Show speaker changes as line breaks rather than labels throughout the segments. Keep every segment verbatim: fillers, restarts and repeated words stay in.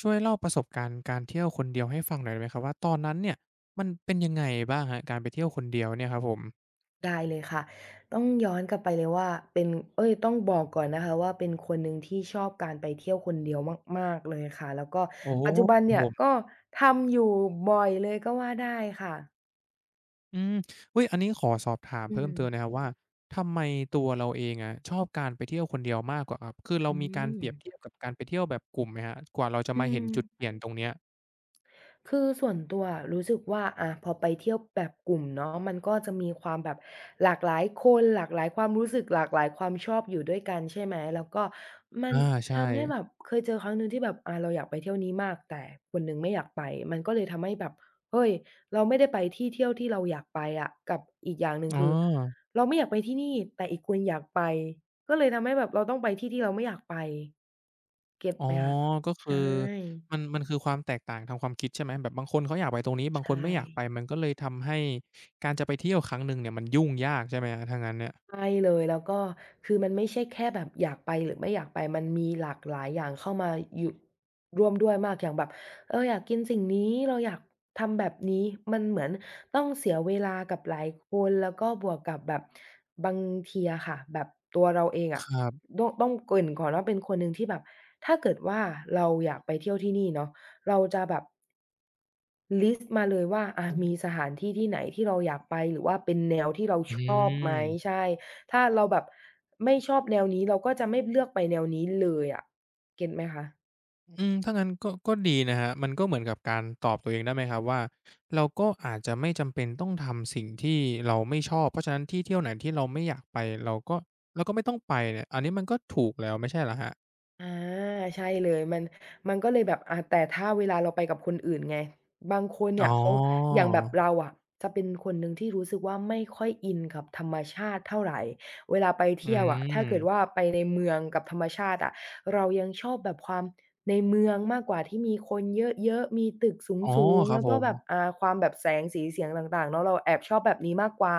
ช่วยเล่าประสบการณ์การเที่ยวคนเดียวให้ฟังหน่อยได้ไหมครับว่าตอนนั้นเนี่ยมันเป็นยังไงบ้างครับการไปเที่ยวคนเดียวเนี่ยครับผม
ได้เลยค่ะต้องย้อนกลับไปเลยว่าเป็นเอ้ยต้องบอกก่อนนะคะว่าเป็นคนหนึ่งที่ชอบการไปเที่ยวคนเดียวมากๆเลยค่ะแล้วก็
โอ้โฮ
ปัจจุบัน
ครับ
เนี่
ผ
ย
ม
ก็ทำอยู่บ่อยเลยก็ว่าได้ค่ะ
อืมอุ๊ยอันนี้ขอสอบถาม
อื
เพิ่
ม
มเติมหน่อยครับว่าทำไมตัวเราเองอะชอบการไปเที่ยวคนเดียวมากกว่าครับคือเรา
อื
มีการ
ม
เปรียบเทียบกับการไปเที่ยวแบบกลุ่มไหมครับกว่าเราจะ
อื
มาเห็
ม
นจุดเปลี่ยนตรงเนี้ย
คือส่วนตัวรู้สึกว่าอะพอไปเที่ยวแบบกลุ่มเนาะมันก็จะมีความแบบหลากหลายคนหลากหลายความรู้สึกหลากหลายความชอบอยู่ด้วยกันใช่ไหมแล้วก็มัน
อาใช่
ทำให้แบบเคยเจอครั้งหนึ่งที่แบบอาเราอยากไปเที่ยวนี้มากแต่คนหนึ่งไม่อยากไปมันก็เลยทำให้แบบเฮ้ยเราไม่ได้ไปที่เที่ยวที่เราอยากไปอะกับอีกอย่างหนึ่ง
อ๋อ
คือเราไม่อยากไปที่นี่แต่อีกคนอยากไปก็เลยทำให้แบบเราต้องไปที่ที่เราไม่อยากไปเก็ต
อ๋อ
ไหมคะ
ก็คื
ใช่
อมันมันคือความแตกต่างทางความคิดใช่ไหมแบบบางคนเขาอยากไปตรงนี้บา
ใช
งคน
่
ไม่อยากไปมันก็เลยทำให้การจะไปเที่ยวครั้งหนึ่งเนี่ยมันยุ่งยากใช่ไหมครับถ้างั้นเนี่ย
ใช่เลยแล้วก็คือมันไม่ใช่แค่แบบอยากไปหรือไม่อยากไปมันมีหลากหลายอย่างเข้ามาอยู่ร่วมด้วยมากอย่างแบบเอออยากกินสิ่งนี้เราอยากทำแบบนี้มันเหมือนต้องเสียเวลากับหลายคนแล้วก็บวกกับแบบบางทีอะค่ะแบบตัวเราเอง
ค
อะ
รับ
ต้องต้องเกริ่นก่อนว่าเป็นคนหนึ่งที่แบบถ้าเกิดว่าเราอยากไปเที่ยวที่นี่เนาะเราจะแบบ ลิสต์มาเลยว่าอามีสถานที่ที่ไหนที่เราอยากไปหรือว่าเป็นแนวที่เรา
อื
ชอบไหม
ม
ใช่ถ้าเราแบบไม่ชอบแนวนี้เราก็จะไม่เลือกไปแนวนี้เลยอะเก็ตไหมคะ
อืมถ้างั้นก็ก็ดีนะครับมันก็เหมือนกับการตอบตัวเองได้ไหมครับว่าเราก็อาจจะไม่จำเป็นต้องทำสิ่งที่เราไม่ชอบเพราะฉะนั้นที่เที่ยวไหนที่เราไม่อยากไปเราก็เราก็ไม่ต้องไปเนี่ยอันนี้มันก็ถูกแล้วไม่ใช่เหรอครับ
อาใช่เลยมันมันก็เลยแบบอาแต่ถ้าเวลาเราไปกับคนอื่นไงบางคน
อ๋อ
เนี่ยเขาอย่างแบบเราอะจะเป็นคนหนึ่งที่รู้สึกว่าไม่ค่อยอินกับธรรมชาติเท่าไรเวลาไป
อื
เที่ยวอะถ้าเกิด
ม
ว่าไปในเมืองกับธรรมชาติอะเรายังชอบแบบความในเมืองมากกว่าที่มีคนเยอะๆมีตึก
อ๋อ
สูง
ค
ๆ
รับ
แล้ว
ผ
ก็แบ
ม
บอ่าความแบบแสงสีเสียงต่างๆเนาะเราแอบชอบแบบนี้มากกว่า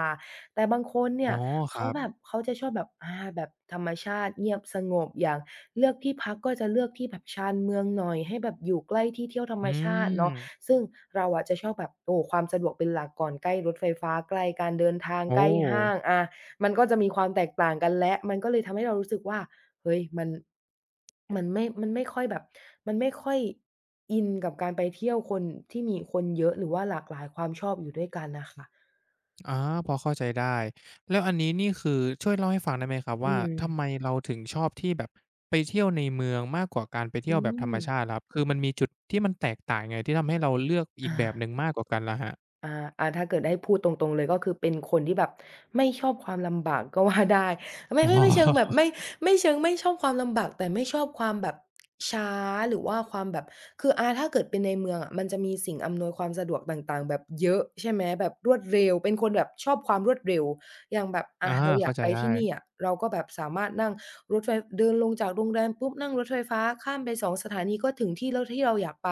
แต่บางคนเนี่
อ๋อ
ย
ค
เขา
รับ
แบบเขาจะชอบแบบอาแบบธรรมชาติเงียบสงบอย่าง เลือกที่พักก็จะเลือกที่แบบชานเมืองหน่อยให้แบบอยู่ใกล้ที่เที่ยวธรร
อื
มชาติเนาะ
ม
ซึ่งเราอะจะชอบแบบโอ้ความสะดวกเป็นหลักก่อนใกล้รถไฟฟ้าใกล้การเดินทาง
โอ้
ใกล้ห้างอามันก็จะมีความแตกต่างกันแล้วมันก็เลยทำให้เรารู้สึกว่าเฮ้ยมันมันไม่มันไม่ค่อยแบบมันไม่ค่อยอินกับการไปเที่ยวคนที่มีคนเยอะหรือว่าหลากหลายความชอบอยู่ด้วยกันน่ะค่ะ
อาพอเข้าใจได้แล้วอันนี้นี่คือช่วยเล่าให้ฟังได้ไหมครับ
อื
ว่า
ม
ทำไมเราถึงชอบที่แบบไปเที่ยวในเมืองมากกว่าการไปเที่
อื
ยวแบบธ
ม
รรมชาติล่ะครับคือมันมีจุดที่มันแตกต่างยังไงที่ทำให้เราเลือกอี
อา
กแบบหนึ่งมากกว่ากันล่ะครับ
อาอาถ้าเกิดให้พูดตรงๆเลยก็คือเป็นคนที่แบบไม่ชอบความลำบาก ก็ว่าได้ไม่ไม่ไม่เชิง
อ๋
แบบ
อ
ไม่ไม่เชิงไม่ชอบความลำบากแต่ไม่ชอบความแบบช้าหรือว่าความแบบคืออาถ้าเกิดเป็นในเมืองอะมันจะมีสิ่งอำนวยความสะดวกต่างๆแบบเยอะใช่ไหมแบบรวดเร็วเป็นคนแบบชอบความรวดเร็วอย่างแบบ
อา
อาเราอยา
เข้า
ก
ใจ
ไป
ได้
ที่นี่อะเราก็แบบสามารถนั่งรถไฟเดินลงจากโรงแรมปุ๊บนั่งรถไฟฟ้าข้ามไปสองสถานีก็ถึงที่แล้วที่เราอยากไป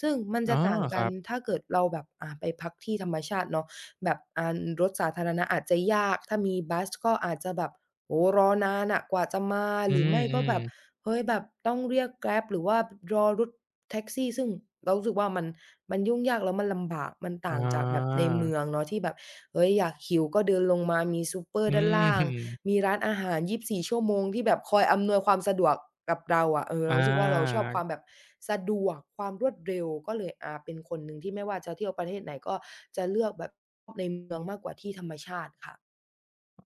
ซึ่งมัน
อ๋อ
จะต่าง
ค
กั
รั
น
บ
ถ้าเกิดเราแบบอ่าไปพักที่ธรรมชาติเนาะแบบอ่ารถสาธารณะอาจจะยากถ้ามีบัสก็อาจจะแบบโอ้โฮรอนานอะกว่าจะมา
อื
หรือไม่ก็
ม
แบบ
ๆ
เฮ้ยแบบต้องเรียก Grab หรือว่ารอรถแท็กซี่ซึ่งเรารู้สึกว่ามันมันยุ่งยากแล้วมันลำบากมัน
อ
ต่างจากแบบใน
า
เมืองเนาะที่แบบ เฮ้ยอยากหิวก็เดินลงมามีซูเปอร์
อื
ด้าน
ม
ล่าง มีร้านอาหารยี่สิบสี่ชั่วโมงที่แบบคอยอำนวยความสะดวกกับเราอะเออ
อ
เรารู้สึกว่าเราชอ
า
บความแบบสะดวกความรวดเร็วก็เลยอาเป็นคนหนึ่งที่ไม่ว่าจะเที่ยวประเทศไหนก็จะเลือกแบบในเมืองมากกว่าที่ธรรมชาติค่ะ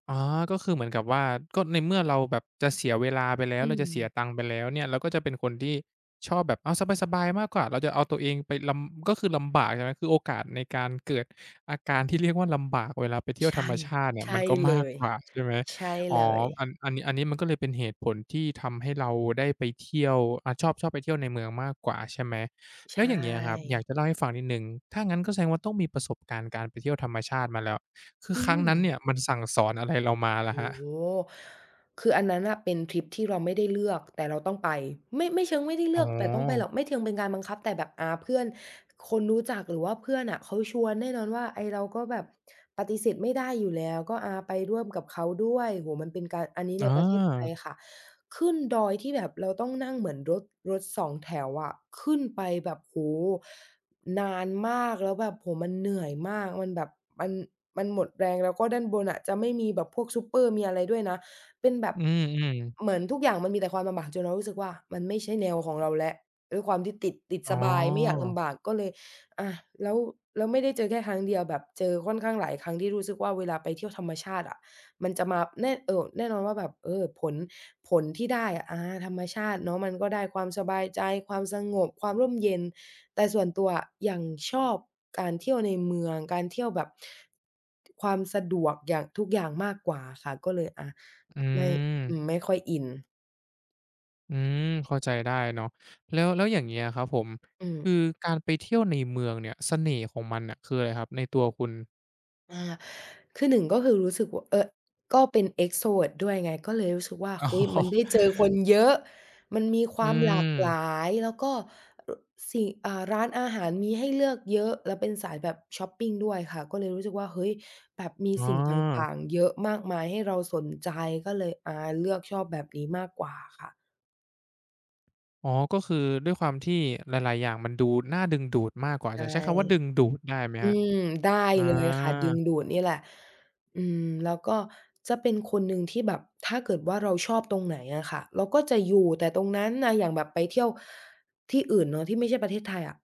อ๋อก็คือเหมือนกับว่าก็ในเมื่อเราแบบจะเสียเวลาไปแล้ว
อื
เรา
ม
จะเสียตังค์ไปแล้วเนี่ยเราก็จะเป็นคนที่ชอบแบบเอาสบายๆมากกว่าเราจะเอาตัวเองไปลำก็คือลำบากใช่ไหมคือโอกาสในการเกิดอาการที่เรียกว่าลำบากเวลาไปเที่ยวธรร
ใช่
มชาติเนี่ยมั
ใช่
นก็
เล
มาก
ย
กว่าใช่ไหม
ใช่
อ๋อ
เลย
อันอันนี้อันนี้มันก็เลยเป็นเหตุผลที่ทำให้เราได้ไปเที่ยวอาชอบชอบไปเที่ยวในเมืองมากกว่าใช่ไหมแล้ว
ใช่
อย่างเงี้ยครับอยากจะเล่าให้ฟังนิดหนึ่งถ้างั้นก็แสดงว่าต้องมีประสบการณ์การไปเที่ยวธรรมชาติมาแล้ว คือ
อื
ครั้ง
ม
นั้นเนี่ยมันสั่งสอนอะไรเรามาล่ะ
โอ้
ครับ
โฮคืออันนั้นน่ะเป็นทริปที่เราไม่ได้เลือกแต่เราต้องไปไม่ไม่เชิงไม่ได้
อ๋
เลือกแต่ต้องไปหรอ
อ
กไม่เชิงเป็นการบังคับแต่แบบอาเพื่อนคนรู้จักหรือว่าเพื่อนน่ะเขาชวนแน่นอนว่าไอ้เราก็แบบปฏิเสธไม่ได้อยู่แล้วก็อาไปร่วมกับเขาด้วยโอ้โฮมันเป็นการอันนี้
อ
ในประเทศไทย
า
ค่ะขึ้นดอยที่แบบเราต้องนั่งเหมือนรถรถสองแถวอะขึ้นไปแบบโอ้โฮ นานมากแล้วแบบโอ้โฮมันเหนื่อยมากมันแบบมันมันหมดแรงแล้วก็ด้านบนอะจะไม่มีแบบพวกซูเปอร์มีอะไรด้วยนะเป็นแบบ
อืม
เห
ๆ
มือนทุกอย่างมันมีแต่ความลำบากจนเรารู้สึกว่ามันไม่ใช่แนวของเราแล้วด้วยความที่ติดติด
อ๋อ
สบายไม่อยากลำบากก็เลยอาแล้วแล้วไม่ได้เจอแค่ครั้งเดียวแบบเจอค่อนข้างหลายครั้งที่รู้สึกว่าเวลาไปเที่ยวธรรมชาติอะมันจะมาแน่เอ่อแน่นอนว่าแบบเออผลผลที่ได้อะอาธรรมชาติเนาะมันก็ได้ความสบายใจความสงบความร่มเย็น แต่ส่วนตัวอะยังชอบการเที่ยวในเมืองการเที่ยวแบบความสะดวกอย่างทุกอย่างมากกว่าค่ะก็เลยอา
อื
ไม่
ม
อืมไม่ค่อยอิน
อืมเข้าใจได้เนาะแล้วแล้วอย่างเงี้ยครับผม
อืม
คือการไปเที่ยวในเมืองเนี่ยเสน่ห์ของมันน่ะคืออะไรครับในตัวคุณ
อาคือหนึ่งก็คือรู้สึกว่าเออก็เป็น extrovert ด้วยไงก็เลยรู้สึกว่า
อ๋
เฮ้ยมัน
อ
ได้เจอคนเยอะมันมีค
อื
วามหลากหล
ม
ายแล้วก็รสิ่งอ่าร้านอาหารมีให้เลือกเยอะแล้วเป็นสายแบบชอปปิงด้วยค่ะก็เลยรู้สึกว่าเฮ้ยแบบมี
อ๋อ
สิ่งต่างๆเยอะมากมายให้เราสนใจก็เลยอาเลือกชอบแบบนี้มากกว่าค่ะ
อ๋อก็คือด้วยความที่หลายๆอย่างมันดูน่าดึงดูดมากกว่า
ใช
จะใช้คำว่าดึง
่
ดูดได้ไหมครั
อื
บ
มได้
อ
เลยค่ะดึ
า
งดูดนี่แหละอืมแล้วก็จะเป็นคนหนึ่งที่แบบถ้าเกิดว่าเราชอบตรงไหนอะค่ะเราก็จะอยู่แต่ตรงนั้นนะอย่างแบบไปเที่ยวที่อื่นเนาะที่ไม่ใช่ประเทศไทยอะ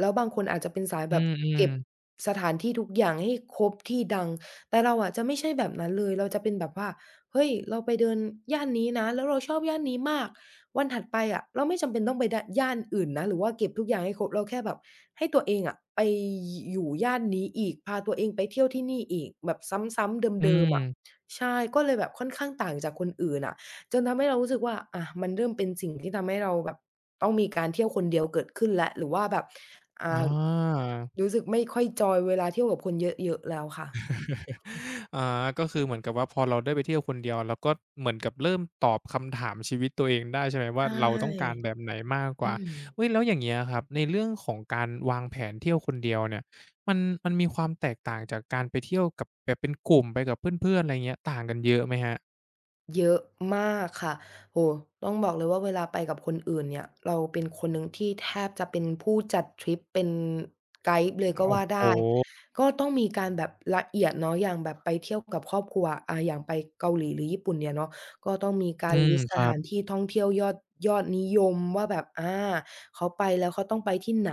แล้วบางคนอาจจะเป็นสาย
อื
แบบ
ม
เก็บ
ๆ
สถานที่ทุกอย่างให้ครบที่ดังแต่เราอะจะไม่ใช่แบบนั้นเลยเราจะเป็นแบบว่าเฮ้ยเราไปเดินย่านนี้นะแล้วเราชอบย่านนี้มาก วันถัดไปอะเราไม่จำเป็นต้องไปดย่านอื่นนะหรือว่าเก็บทุกอย่างให้ครบเราแค่แบบให้ตัวเองอะไปอยู่ย่านนี้อีกพาตัวเองไปเที่ยวที่นี่อีกแบบซ้ำๆ
อื
เดิมๆอะ
ม
ใช่ก็เลยแบบค่อนข้างต่างจากคนอื่นอะจนทำให้เรารู้สึกว่าอะมันเริ่มเป็นสิ่งที่ทำให้เราแบบต้องมีการเที่ยวคนเดียวเกิดขึ้นแล้วหรือว่าแบบ
อ
อ่า
า
รู้สึกไม่ค่อยจอยเวลาเที่ยวกับคนเยอะๆแล้วค่ะ
อาก็คือเหมือนกับว่าพอเราได้ไปเที่ยวคนเดียวเราก็เหมือนกับเริ่มตอบคำถามชีวิตตัวเองได้ใช่ไหมว่า
ใช่
เราต้องการแบบไหนมากก
อื
ว่า
ม
เุ้ยแล้วอย่างเงี้ยครับในเรื่องของการวางแผนเที่ยวคนเดียวเนี่ยมันมันมีความแตกต่างจากการไปเที่ยวกับแบบเป็นกลุ่มไปกับเพื่อนๆอะไรเงี้ยต่างกันเยอะไหมครับ
เยอะมากค่ะโอ้โฮต้องบอกเลยว่าเวลาไปกับคนอื่นเนี่ยเราเป็นคนหนึ่งที่แทบจะเป็นผู้จัดทริปเป็นไกด์เลยก็
โอ้
ว่า
โฮ
ได้ก็ต้องมีการแบบละเอียดเนาะอย่างแบบไปเที่ยวกับครอบครัวอ่าอย่างไปเกาหลีหรือญี่ปุ่นเนี่ยเนาะก็ต้องมีกา
อื
ร
ม
ลิสต์
ค
ส
รั
ถานที่ท่องเที่ยวยอดยอดนิยมว่าแบบอาเขาไปแล้วเขาต้องไปที่ไหน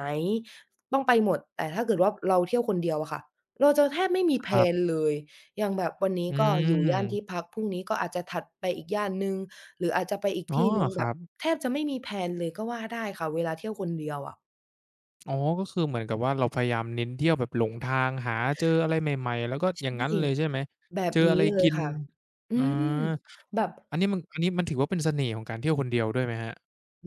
ต้องไปหมดแต่ถ้าเกิดว่าเราเที่ยวคนเดียวอะค่ะเราจะแทบไม่มีแพล
บ
นเลย อย่างแบบวัน
ๆ
นี้
อื
ก็อยู่ย่านที่
ม
พักพรุ่งนี้ก็อาจจะถัดไปอีกย่านหนึ่งหรืออาจจะไปอีก
อ๋อ
ที่หนึ่ง
ค
แบ
รั
บ
บ
แทบจะไม่มีแพลนเลยก็ว่าได้ค่ะเวลาเที่ยวคนเดียวอะ
อ๋อก็คือเหมือนกับว่าเราพยายามเน้นเที่ยวแบบหลงทางหาเจออะไรใหม่ๆแล้วก็อย่า
ใช่
งงั้นเลยใช่ไหม
แบบ
เจอ
นี้
อะไร
เลย
กิน
ค่ะอื
อา
มแบบ
อันนี้มันอันนี้มันถือว่าเป็นเสน่ห์ของการเที่ยวคนเดียวด้วยไหมครับ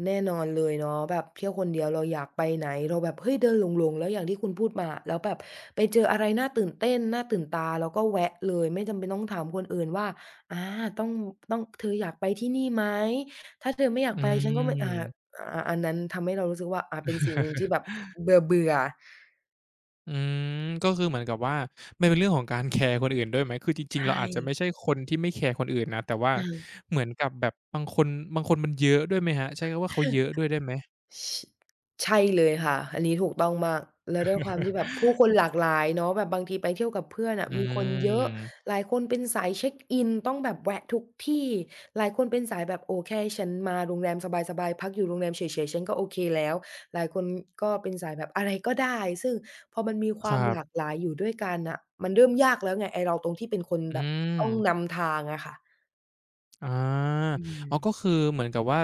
แน่นอนเลยเนาะแบบเที่ยวคนเดียวเราอยากไปไหนเราแบบเฮ้ยเดินหลงๆแล้วอย่างที่คุณพูดมาแล้วแบบไปเจออะไรน่าตื่นเต้นน่าตื่นตาแล้วก็แวะเลยไม่จำเป็นต้องถามคนอื่นว่าอาต้องต้องเธออยากไปที่นี่ไหมถ้าเธอไม่อยาก
อื
ไปฉันก็ไม่อ่า
ม
อาอันนั้นทำให้เรารู้สึกว่าอ่าเป็นสิ่งหนึ่งที่แบบเบื่อเ
อืมก็คือเหมือนกับว่ามันเป็นเรื่องของการแคร์คนอื่นด้วยไหมคือจริงๆ
ใช่
เราอาจจะไม่ใช่คนที่ไม่แคร์คนอื่นนะแต่
อ
ว่า
ใช่
เหมือนกับแบบบางคนบางคนมันเยอะด้วยไหมครับใช้คำว่าเขาเยอะด้วยได้ไหม
ชใช่เลยค่ะอันนี้ถูกต้องมากแล้วด้วยความที่แบบผู้คนหลากหลายเนาะแบบบางทีไปเที่ยวกับเพื่อนน่ะ
อื
มีคนเยอะ
ม
หลายคนเป็นสายเช็กอินต้องแบบแวะทุกที่หลายคนเป็นสายแบบโอแค่ฉันมาโรงแรมสบายๆพักอยู่โรงแรมเฉยๆฉันก็โอเคแล้วหลายคนก็เป็นสายแบบอะไรก็ได้ซึ่งพอมันมีค
ค
วาม
รั
หลาก
บ
หลายอยู่ด้วยกันน่ะมันเริ่มยากแล้วไงไอ้เราตรงที่เป็นคน
อื
แบบต้อง
ม
นำทางอะค่ะ
อา
อื
อ๋อ
ม
ก็คือเหมือนกับว่า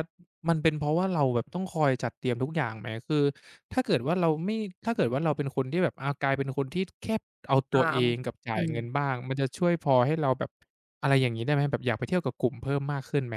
มันเป็นเพราะว่าเราแบบต้องคอยจัดเตรียมทุกอย่างไหมคือถ้าเกิดว่าเราไม่ถ้าเกิดว่าเราเป็นคนที่แบบอากลายเป็นคนที่แค่เอาตัว
ตา
เอ
ม
งกับจ่า
อื
ย
ม
เงินบ้างมันจะช่วยพอให้เราแบบอะไรอย่างงี้ได้ไหมแบบอยากไปเที่ยวกับกลุ่มเพิ่มมากขึ้นไหม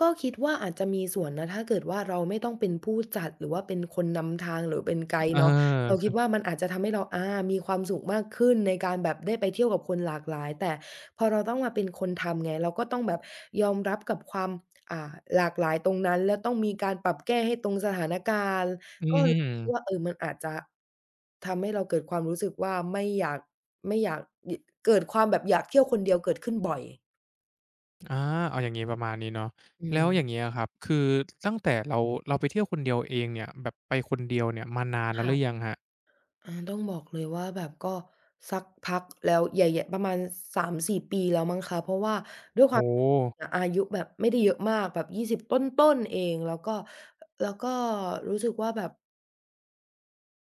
ก็คิดว่าอาจจะมีส่วนนะถ้าเกิดว่าเราไม่ต้องเป็นผู้จัดหรือว่าเป็นคนนำทางหรือเป็นไกด์
เอ
เนาะเราคิ
อ
ดว่ามันอาจจะทำให้เราอามีความสุขมากขึ้นในการแบบได้ไปเที่ยวกับคนหลากหลายแต่พอเราต้องมาเป็นคนทำไงเราก็ต้องแบบยอมรับกับความอ่าหลากหลายตรงนั้นแล้วต้องมีการปรับแก้ให้ตรงสถานการณ์
อื
ก็
ม
รู้สึกว่าเออมันอาจจะทำให้เราเกิดความรู้สึกว่าไม่อยากไม่อยากยเกิดความแบบอยากเที่ยวคนเดียวเกิดขึ้นบ่อย
อาเอาอย่างงี้ประมาณนี้เนาะ
อื
แล้ว
ม
อย่างเงี้ยครับคือตั้งแต่เราเราไปเที่ยวคนเดียวเองเนี่ยแบบไปคนเดียวเนี่ยมานานแล้วหรือยัง
ค่ะ
ครับ
อาต้องบอกเลยว่าแบบก็สักพักแล้วใหญ่ๆประมาณสามถึงสี่ปีแล้วมั้งคะเพราะว่าด้วยความ
โอ้โฮ
อาอายุแบบไม่ได้เยอะมากแบบยี่สิบต้นๆเองแล้วก็แล้วก็รู้สึกว่าแบบ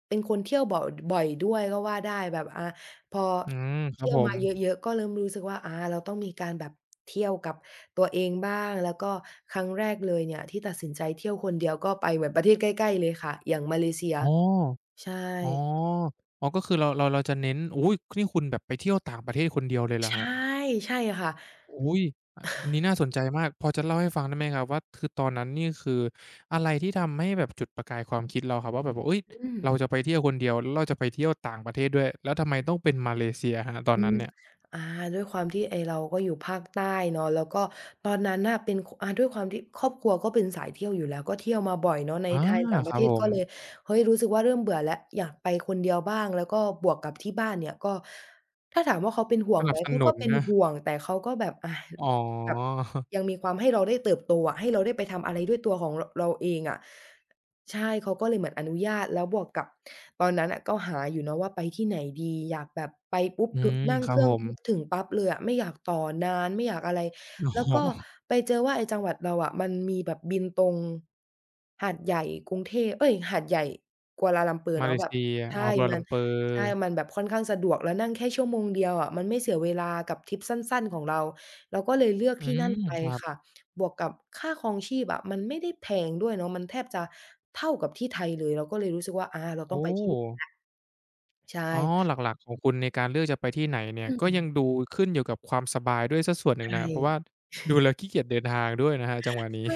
เป็นคนเที่ยวบ่อยบ่อยด้วยก็ว่าได้แบบอาพอ
อืมครับ
เที่ยว
ผม
มาเยอะๆก็เริ่มรู้สึกว่าอาเราต้องมีการแบบเที่ยวกับตัวเองบ้างแล้วก็ครั้งแรกเลยเนี่ยที่ตัดสินใจเที่ยวคนเดียวก็ไปเหมือนประเทศใกล้ๆเลยค่ะอย่างมาเลเซีย
อ๋อ
ใช่
อ๋ออ๋อก็คือเราเราเราจะเน้นอุ๊ยนี่คุณแบบไปเที่ยวต่างประเทศคนเดียวเลยเหรอค
ใช่
รับ
ใช่ค่ะ
อุ๊ยออันนี้น่าสนใจมากพอจะเล่าให้ฟังได้ไหมครับว่าคือตอนนั้นนี่คืออะไรที่ทำให้แบบจุดประกายความคิดเราครับว่าแบบว่าเฮ้ย
อืม
เราจะไปเที่ยวคนเดียวแล้วเราจะไปเที่ยวต่างประเทศด้วยแล้วทำไมต้องเป็นมาเลเซียครับตอน
อื
นั้น
ม
เนี่ย
อ่าด้วยความที่ไอ้เราก็อยู่ภาคใต้เนาะแล้วก็ตอนนั้นน่ะเป็นคอาด้วยความที่ครอบครัวก็เป็นสายเที่ยวอยู่แล้วก็เที่ยวมาบ่อยเนาะใน
อา
ไทยต่างป
ค
ระ
รั
เท
บ
ศ
ผ
ก็
ม
เลยเฮ้ยรู้สึกว่าเริ่มเบื่อแล้วอยากไปคนเดียวบ้างแล้วก็บวกกับที่บ้านเนี่ยก็ถ้าถามว่าเขาเป็นห่ว
ส
ง
นั
ไห
บ
ม
ส
เขา
นุ
ก็
น
เป็น
นะ
ห่วงแต่เขาก็แบบอา
อ๋อ
แบบยังมีความให้เราได้เติบโตอะให้เราได้ไปทำอะไรด้วยตัวของรเราเองอะ ใช่เขาก็เลยเหมือนอนุญาตแล้วบวกกับตอนนั้นน่ะก็หาอยู่เนาะว่าไปที่ไหนดีอยากแบบไปปุ๊บ
อื
ถึ
ม
นั่ง
ครั
เค
บ
รื่
ผ
อง
ม
ปุ๊บถึงปั๊บเลยอะไม่อยากต่อนานไม่อยากอะไร
โอ๋
แล้วก็
อ
ไปเจอว่าไอ้จังหวัดเราอะมันมีแบบบินตรงหาดใหญ่กรุงเทพเอ๊ยหาดใหญ่กัวลาลัมเปอร์
มาเล
เนาะแบบ
เซียอ๋อ
ใช่
กัวลา
มั
ลั
น
มเปอร์
ใช่มันแบบค่อนข้างสะดวกแล้วนั่งแค่ชั่วโมงเดียวอะมันไม่เสียเวลากับทริปสั้นๆของเราเราก็เลยเลือก
อื
ที่นั่
ม
นไป
ครั
ค่ะ
บ
บวกกับค่าครองชีพอะมันไม่ได้แพงด้วยเนาะมันแทบจะเท่ากับที่ไทยเลยเราก็เลยรู้สึกว่าอาเราต้อง
โอ้
ไปที่นี่ใช่
อ๋อหลักๆของคุณในการเลือกจะไปที่ไหนเนี่ย
อื
ก็ยัง
ม
ดูขึ้นอยู่กับความสบายด้วยเสียส่วนหนึ่ง
ใช่
นะเพราะว่าดูแล้วขี้เกียจเดินทางด้วยนะครับจังหวะนี้
ใช่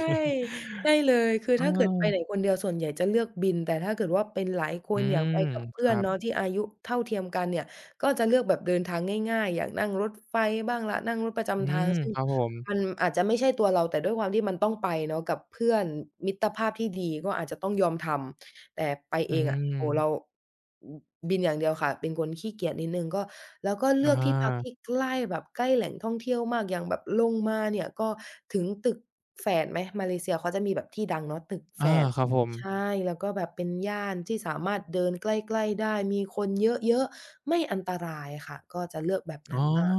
ใช่เลยคือ
เอ
ถ้าเกิด
อ
ไปไหนคนเดียวส่วนใหญ่จะเลือกบินแต่ถ้าเกิดว่าเป็นหลายค
อื
นอยาก
ม
ไปกับ
ค
เพื่อน
รับ
เนาะที่อายุเท่าเทียมกันเนี่ยก็จะเลือกแบบเดินทางง่ายๆอย่างนั่งรถไฟบ้างล่ะนั่งรถประ
อื
จำทาง
ม
ซึ่ง
ครับผม
มันอาจจะไม่ใช่ตัวเราแต่ด้วยความที่มันต้องไปเนาะกับเพื่อนมิตรภาพที่ดีก็อาจจะต้องยอมทำ แต่ไป
อื
เองอะโอ้โฮ
ม
เราอือบินอย่างเดียวค่ะเป็นคนขี้เกียจนิดหนึ่งก็แล้วก็
อ
เลือกที่พักที่
า
ใกล้แบบใกล้แหล่งท่องเที่ยวมากอย่างแบบลงมาเนี่ยก็ถึงตึกแฝดไหมมาเลเซียเขาจะมีแบบที่ดังเนาะตึกแฝ
อา
ด
ครับผม
ใช่แล้วก็แบบเป็นย่านที่สามารถเดินใกล้ๆได้มีคนเยอะๆไม่อันตรายค่ะก็จะเลือกแบบ
อ๋
นั้
อ
นมาก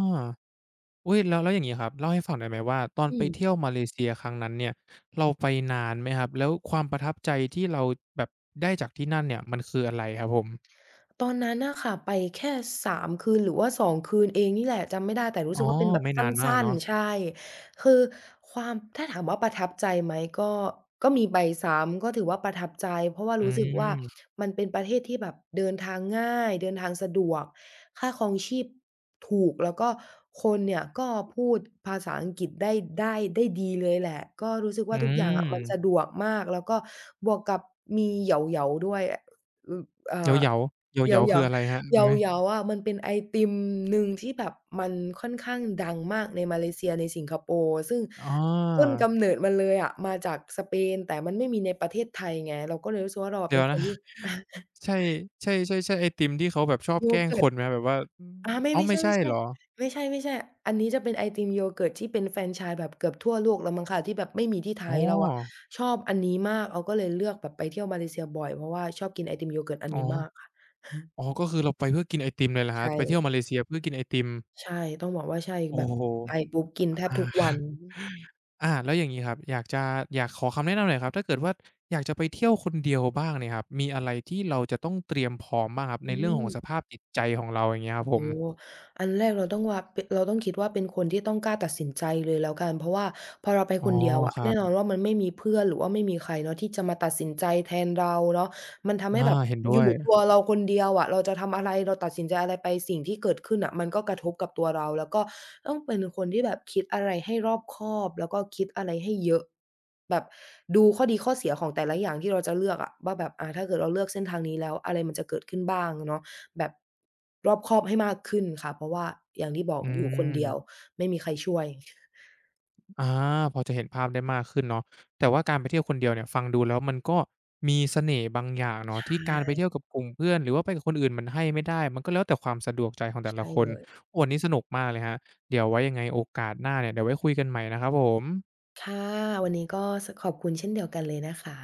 อุ๊ยแล้วแล้วอย่างงี้ครับเล่าให้ฟังหน่อยไหมว่าตอน
อื
ไปเที่ย
ม
วมาเลเซียครั้งนั้นเนี่ยเราไปนานไหมครับแล้วความประทับใจที่เราแบบได้จากที่นั่นเนี่ยมันคืออะไรครับผม
ตอนนั้นน่ะค่ะไปแค่สามคืนหรือว่าสองคืนเองนี่แหละจำไม่ได้แต่รู้
อ๋
สึ
อ
กว่าเป็นแบบ
ไม่
สั
นานมาก
้น
เนาะ
ๆใช่คือความถ้าถามว่าประทับใจไหมก็ก็มีไปซ้ำก็ถือว่าประทับใจเพราะว่า
อื
รู้สึกว่า
ม
มันเป็นประเทศที่แบบเดินทางง่ายเดินทางสะดวกค่าครองชีพถูกแล้วก็คนเนี่ยก็พูดภาษาอังกฤษได้ได้ได้ดีเลยแหละก็รู้สึก
อื
ว่าทุกอย่างมอะมันสะด
ม
วกมากแล้วก็บวกกับมีเหยาๆด้วยออือเอ่อ
เหยาๆ
เห
เห
ยา
ยาๆ
เห
คื
ยา
ออะไรครับรู้ไหม
เหยาๆอะมันเป็นไอติมหนึ่งที่แบบมันค่อนข้างดังมากในมาเลเซียในสิงคโปร์ซึ่ง
อ๋อ
ต้นกำเนิดมันเลยอะมาจากสเปนแต่มันไม่มีในประเทศไทยไงเราก็เลยรู้สึกว่าเราอะ
เดี๋ย
เป็น
ว
ค
นะ
นที่
ใช่ใช่ใช่ใช่ไอติมที่เขาแบบชอบ
อาโย
แกล้ง
เกิ
ค
ร์ต
นไหมแบบว่าอืม
อาไม่
อ้าว
ไม่
ไม่
ใช่
ใช่เหรอ
ๆไม่ใช่ๆอันนี้จะเป็นไอติมโยเกิร์ตที่เป็นแฟรนไชส์แบบเกือบทั่วโลกแล้วมั้งคะที่แบบไม่มีที่ไท
อ๋อ
ยเราอะชอบอันนี้มากเราก็เลยเลือกแบบไปเที่ยวมาเลเซียบ่อยเพราะว่าชอบกินไอติมโยเกิร์ตอัน
อ๋อ
นี้มากค่ะ
อ๋อก็คือเราไปเพื่อกินไอติมเลยเหรอครับ
ใช่
ไปเที่ยวมาเลเซียเพื่อกินไอติม
ใช่ต้องบอกว่าใช่
โอ้
แบบ
โฮ
ไปปุ๊บกินแทบ
อา
ทุกวั น
อาแล้วอย่างงี้ครับอยากจะอยากขอคำแนะนำหน่อยครับถ้าเกิดว่าอยากจะไปเที่ยวคนเดียวบ้างเนี่ยครับมีอะไรที่เราจะต้องเตรียมพร้อมบ้างครับใน
อื
เรื่องของส
ม
ภาพจิตใจของเราอย่างเงี้ยครับผ
โอ้
ม
โฮอันแรกเราต้องว่าปเราต้องคิดว่าเป็นคนที่ต้องกล้าตัดสินใจเลยแล้วกันเพราะว่าพอเราไป
อ๋อ
คนเดียวอะ
ครั
แน่นอน
บ
ว่ามันไม่มีเพื่อนหรือว่าไม่มีใครเนาะที่จะมาตัดสินใจแทนเราเนาะ มันทำให้
อา
แบบ
เห็น
อ
ด้วย
ยู่ตัวเราคนเดียวอะเราจะทำอะไรเราตัดสินใจอะไรไปสิ่งที่เกิดขึ้นน่ะมันก็กระทบกับตัวเราแล้วก็ต้องเป็นคนที่แบบคิดอะไรให้รอบคอบแล้วก็คิดอะไรให้เยอะแบบดูข้อดีข้อเสียของแต่ละอย่างที่เราจะเลือกอะว่าแบบอาถ้าเกิดเราเลือกเส้นทางนี้แล้วอะไรมันจะเกิดขึ้นบ้างเนาะแบบรอบคอบให้มากขึ้นค่ะเพราะว่าอย่างที่บอก
อื
อยู่คนเดีย
ม
วไม่มีใครช่วย
อาพอจะเห็นภาพได้มากขึ้นเนาะแต่ว่าการไปเที่ยวคนเดียวเนี่ยฟังดูแล้วมันก็มีเสน่ห์บางอย่าง
ใช
เนาะที่การไป
่
เที่ยวกับกลุ่มเพื่อนหรือว่าไปกับคนอื่นมันให้ไม่ได้มันก็แล้วแต่ความสะดวกใจของแต่ละ
ใช่
คน
เลย
โอ้วันนี้สนุกมากเลยครับเดี๋ยวไว้ยังไงโอกาสหน้าเนี่ยเดี๋ยวไว้คุยกันใหม่นะครับผม
ค่ะวันนี้ก็สขอบคุณเช่นเดียวกันเลยนะคะ